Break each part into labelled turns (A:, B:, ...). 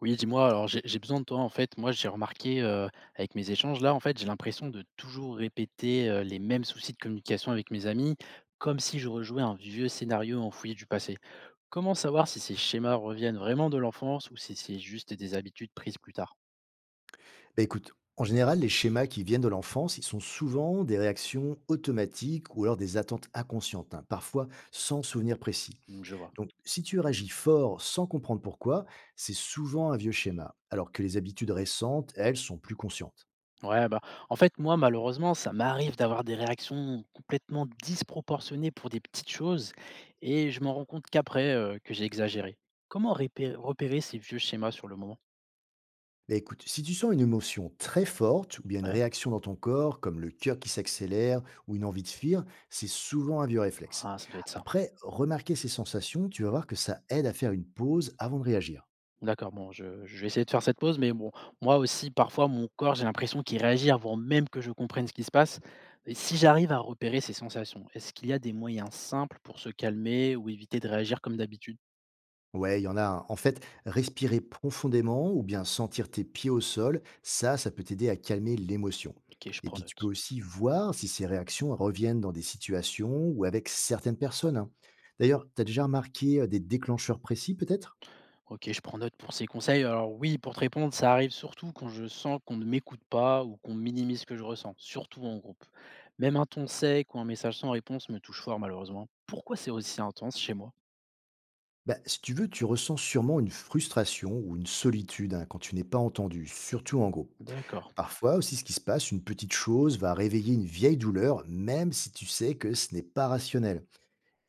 A: Oui, dis-moi, alors j'ai besoin de toi en fait. Moi, j'ai remarqué avec mes échanges là, en fait, j'ai l'impression de toujours répéter les mêmes soucis de communication avec mes amis, comme si je rejouais un vieux scénario enfoui du passé. Comment savoir si ces schémas reviennent vraiment de l'enfance ou si c'est juste des habitudes prises plus tard?
B: Bah, écoute, en général, les schémas qui viennent de l'enfance, ils sont souvent des réactions automatiques ou alors des attentes inconscientes, hein, parfois sans souvenir précis.
A: Hmm, je vois.
B: Donc, si tu réagis fort sans comprendre pourquoi, c'est souvent un vieux schéma, alors que les habitudes récentes, elles, sont plus conscientes.
A: Ouais, bah, en fait, moi, malheureusement, ça m'arrive d'avoir des réactions complètement disproportionnées pour des petites choses et je m'en rends compte qu'après que j'ai exagéré. Comment repérer ces vieux schémas sur le moment?
B: Bah, écoute, si tu sens une émotion très forte ou bien une
A: Ouais.
B: réaction dans ton corps, comme le cœur qui s'accélère ou une envie de fuir, c'est souvent un vieux réflexe.
A: Ah, ça doit être ça.
B: Après, remarquer ces sensations, tu vas voir que ça aide à faire une pause avant de réagir.
A: D'accord, bon, je vais essayer de faire cette pause, mais bon, moi aussi, parfois, mon corps, j'ai l'impression qu'il réagit avant même que je comprenne ce qui se passe. Et si j'arrive à repérer ces sensations, est-ce qu'il y a des moyens simples pour se calmer ou éviter de réagir comme d'habitude?
B: Ouais, il y en a un. En fait, respirer profondément ou bien sentir tes pieds au sol, ça peut t'aider à calmer l'émotion.
A: Ok, je
B: Et
A: prends
B: puis, tu peux
A: note.
B: aussi voir si ces réactions reviennent dans des situations ou avec certaines personnes, hein. D'ailleurs, tu as déjà remarqué des déclencheurs précis, peut-être?
A: Ok, je prends note pour ces conseils. Alors oui, pour te répondre, ça arrive surtout quand je sens qu'on ne m'écoute pas ou qu'on minimise ce que je ressens, surtout en groupe. Même un ton sec ou un message sans réponse me touche fort, malheureusement. Pourquoi c'est aussi intense chez moi?
B: Bah, si tu veux, tu ressens sûrement une frustration ou une solitude, hein, quand tu n'es pas entendu, surtout en groupe.
A: D'accord.
B: Parfois aussi, ce qui se passe, une petite chose va réveiller une vieille douleur, même si tu sais que ce n'est pas rationnel.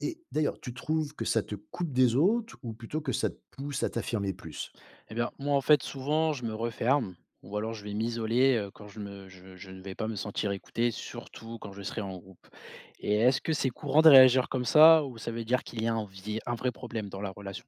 B: Et d'ailleurs, tu trouves que ça te coupe des autres ou plutôt que ça te pousse à t'affirmer plus?
A: Eh bien, moi, en fait, souvent, je me referme ou alors je vais m'isoler quand je ne vais pas me sentir écouté, surtout quand je serai en groupe. Et est-ce que c'est courant de réagir comme ça ou ça veut dire qu'il y a un vrai problème dans la relation?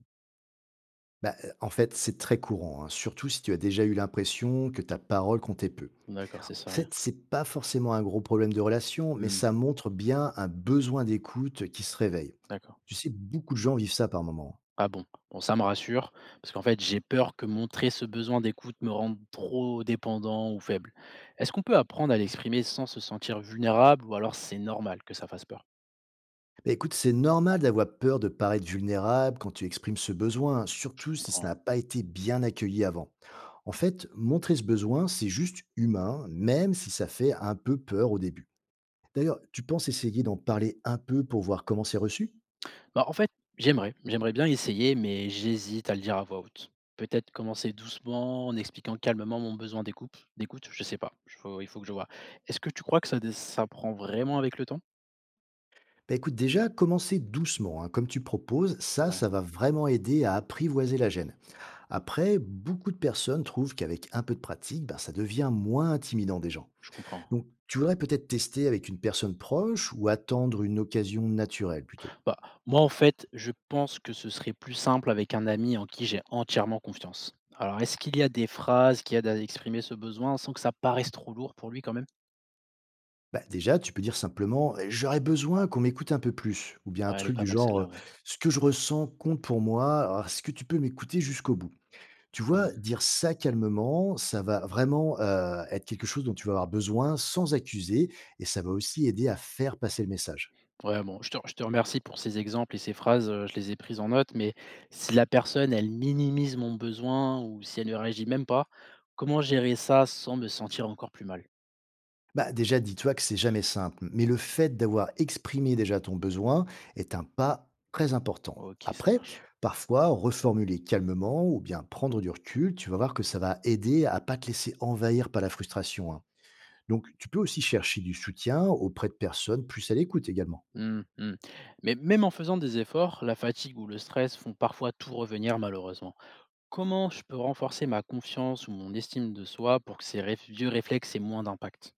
B: Bah, en fait, c'est très courant, hein, surtout si tu as déjà eu l'impression que ta parole comptait peu.
A: D'accord, c'est
B: En
A: ça, ouais.
B: fait, c'est pas forcément un gros problème de relation, mais
A: Hmm,
B: ça montre bien un besoin d'écoute qui se réveille.
A: d'accord.
B: Tu sais, beaucoup de gens vivent ça par moment.
A: Ah bon, bon, ça me rassure, parce qu'en fait, j'ai peur que montrer ce besoin d'écoute me rende trop dépendant ou faible. Est-ce qu'on peut apprendre à l'exprimer sans se sentir vulnérable ou alors c'est normal que ça fasse peur?
B: Bah, écoute, c'est normal d'avoir peur de paraître vulnérable quand tu exprimes ce besoin, hein,
A: Je
B: surtout si ça
A: comprends.
B: n'a pas été bien accueilli avant. En fait, montrer ce besoin, c'est juste humain, même si ça fait un peu peur au début. D'ailleurs, tu penses essayer d'en parler un peu pour voir comment c'est reçu?
A: Bah, en fait, j'aimerais. J'aimerais bien essayer, mais j'hésite à le dire à voix haute. Peut-être commencer doucement, en expliquant calmement mon besoin d'écoute. D'écoute, je sais pas. Il faut que je vois. Est-ce que tu crois que ça prend vraiment avec le temps?
B: Bah écoute, déjà, commencer doucement, hein, comme tu proposes, ça,
A: Ouais,
B: ça va vraiment aider à apprivoiser la gêne. Après, beaucoup de personnes trouvent qu'avec un peu de pratique, bah, ça devient moins intimidant des gens.
A: je comprends.
B: Donc, tu voudrais peut-être tester avec une personne proche ou attendre une occasion naturelle plutôt.
A: Bah, moi, en fait, je pense que ce serait plus simple avec un ami en qui j'ai entièrement confiance. Alors, est-ce qu'il y a des phrases qui aident à exprimer ce besoin sans que ça paraisse trop lourd pour lui quand même?
B: Bah, déjà, tu peux dire simplement «Eh, «j'aurais besoin qu'on m'écoute un peu plus» ou bien un
A: Ouais, elle est
B: truc
A: pas
B: du
A: mal
B: genre
A: celle-là,
B: «ce que je ressens compte pour moi, alors est-ce que tu peux m'écouter jusqu'au bout?» Tu vois,
A: ouais.
B: dire ça calmement, ça va vraiment, être quelque chose dont tu vas avoir besoin sans accuser et ça va aussi aider à faire passer le message.
A: Ouais, bon, je te remercie pour ces exemples et ces phrases, je les ai prises en note, mais si la personne, elle minimise mon besoin ou si elle ne réagit même pas, comment gérer ça sans me sentir encore plus mal?
B: Bah, déjà, dis-toi que c'est jamais simple, mais le fait d'avoir exprimé déjà ton besoin est un pas très important.
A: OK, ça
B: Après,
A: marche.
B: parfois, reformuler calmement ou bien prendre du recul, tu vas voir que ça va aider à pas te laisser envahir par la frustration, hein. Donc tu peux aussi chercher du soutien auprès de personnes plus à l'écoute également.
A: Mmh mh. Mais même en faisant des efforts, la fatigue ou le stress font parfois tout revenir malheureusement. Comment je peux renforcer ma confiance ou mon estime de soi pour que ces réf vieux réflexes aient moins d'impact?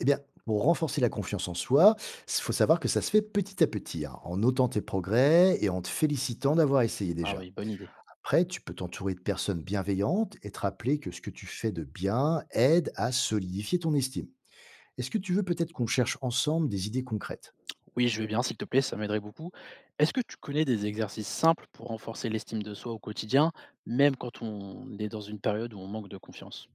B: Eh bien, pour renforcer la confiance en soi, il faut savoir que ça se fait petit à petit, hein, en notant tes progrès et en te félicitant d'avoir essayé
A: Ah
B: déjà.
A: oui, bonne idée.
B: Après, tu peux t'entourer de personnes bienveillantes et te rappeler que ce que tu fais de bien aide à solidifier ton estime. Est-ce que tu veux peut-être qu'on cherche ensemble des idées concrètes?
A: Oui, je vais bien, s'il te plaît, ça m'aiderait beaucoup. Est-ce que tu connais des exercices simples pour renforcer l'estime de soi au quotidien, même quand on est dans une période où on manque de confiance?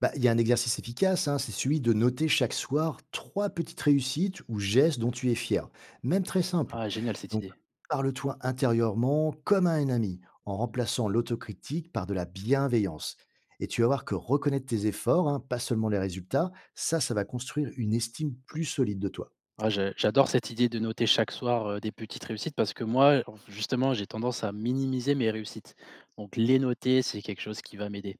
B: Bah, il y a un exercice efficace, hein, c'est celui de noter chaque soir trois petites réussites ou gestes dont tu es fier, même très simple.
A: Ah, génial cette
B: Donc,
A: idée.
B: parle-toi intérieurement comme à un ami, en
A: Mm.
B: remplaçant l'autocritique par de la bienveillance. Et tu vas voir que reconnaître tes efforts, hein, pas seulement les résultats, ça va construire une estime plus solide de toi.
A: Ah, j'adore cette idée de noter chaque soir des petites réussites parce que moi, justement, j'ai tendance à minimiser mes réussites. Donc, les noter, c'est quelque chose qui va m'aider.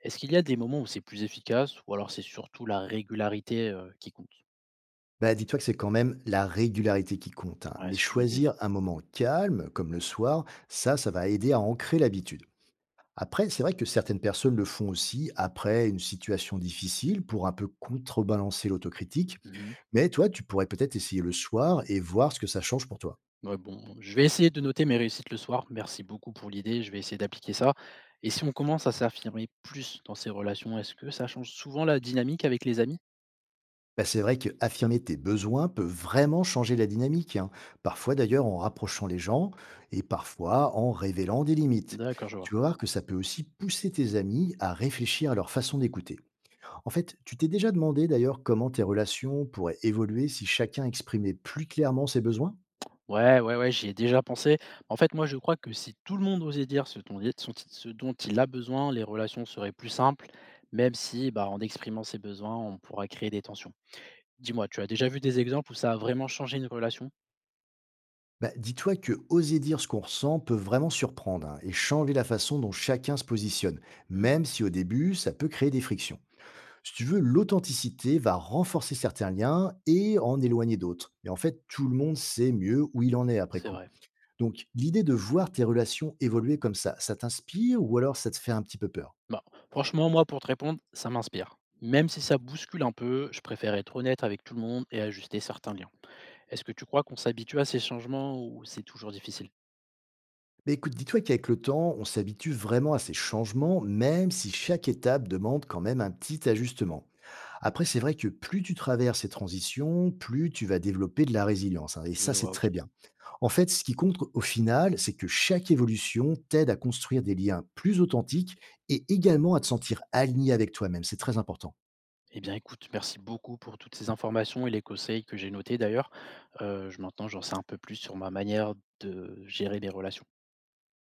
A: Est-ce qu'il y a des moments où c'est plus efficace ou alors c'est surtout la régularité qui compte?
B: Bah, dis-toi que c'est quand même la régularité qui compte, hein,
A: Ouais,
B: mais
A: ce que je me disais
B: choisir un moment calme, comme le soir, ça va aider à ancrer l'habitude. Après, c'est vrai que certaines personnes le font aussi après une situation difficile pour un peu contrebalancer l'autocritique.
A: bien.
B: Mais toi, tu pourrais peut-être essayer le soir et voir ce que ça change pour toi.
A: Ouais, bon, je vais essayer de noter mes réussites le soir. Merci beaucoup pour l'idée, je vais essayer d'appliquer ça. Et si on commence à s'affirmer plus dans ces relations, est-ce que ça change souvent la dynamique avec les amis?
B: Bah, c'est vrai que affirmer tes besoins peut vraiment changer la dynamique, hein. Parfois d'ailleurs en rapprochant les gens et parfois en révélant des limites.
A: D'accord, je
B: Tu
A: vois.
B: vas voir que ça peut aussi pousser tes amis à réfléchir à leur façon d'écouter. En fait, tu t'es déjà demandé d'ailleurs comment tes relations pourraient évoluer si chacun exprimait plus clairement ses besoins?
A: Ouais, ouais, ouais, j'y ai déjà pensé. En fait, moi, je crois que si tout le monde osait dire ce dont il a besoin, les relations seraient plus simples, même si, bah, en exprimant ses besoins, on pourra créer des tensions. Dis-moi, tu as déjà vu des exemples où ça a vraiment changé une relation?
B: Bah, dis-toi que oser dire ce qu'on ressent peut vraiment surprendre, hein, et changer la façon dont chacun se positionne,
A: Hmm,
B: même si au début ça peut créer des frictions. Si tu veux, l'authenticité va renforcer certains liens et en éloigner d'autres. Et en fait, tout le monde sait mieux où il en est après
A: c'est
B: coup.
A: vrai.
B: Donc l'idée de voir tes relations évoluer comme ça t'inspire ou alors ça te fait un petit peu peur?
A: Bah, franchement, moi, pour te répondre, ça m'inspire. Même si ça bouscule un peu, je préfère être honnête avec tout le monde et ajuster certains liens. Est-ce que tu crois qu'on s'habitue à ces changements ou c'est toujours difficile?
B: Mais écoute, dis-toi qu'avec le temps, on s'habitue vraiment à ces changements, même si chaque étape demande quand même un petit ajustement. Après, c'est vrai que plus tu traverses ces transitions, plus tu vas développer de la résilience, hein, et
A: Je
B: ça, c'est
A: vois,
B: très
A: ok.
B: bien. En fait, ce qui compte au final, c'est que chaque évolution t'aide à construire des liens plus authentiques et également à te sentir aligné avec toi-même. C'est très important.
A: Eh bien, écoute, merci beaucoup pour toutes ces informations et les conseils que j'ai notés d'ailleurs. Je, maintenant, j'en sais un peu plus sur ma manière de gérer mes relations.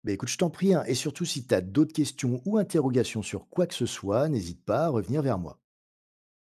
B: Mais écoute, je t'en prie, hein, et surtout si tu as d'autres questions ou interrogations sur quoi que ce soit, n'hésite pas à revenir vers moi.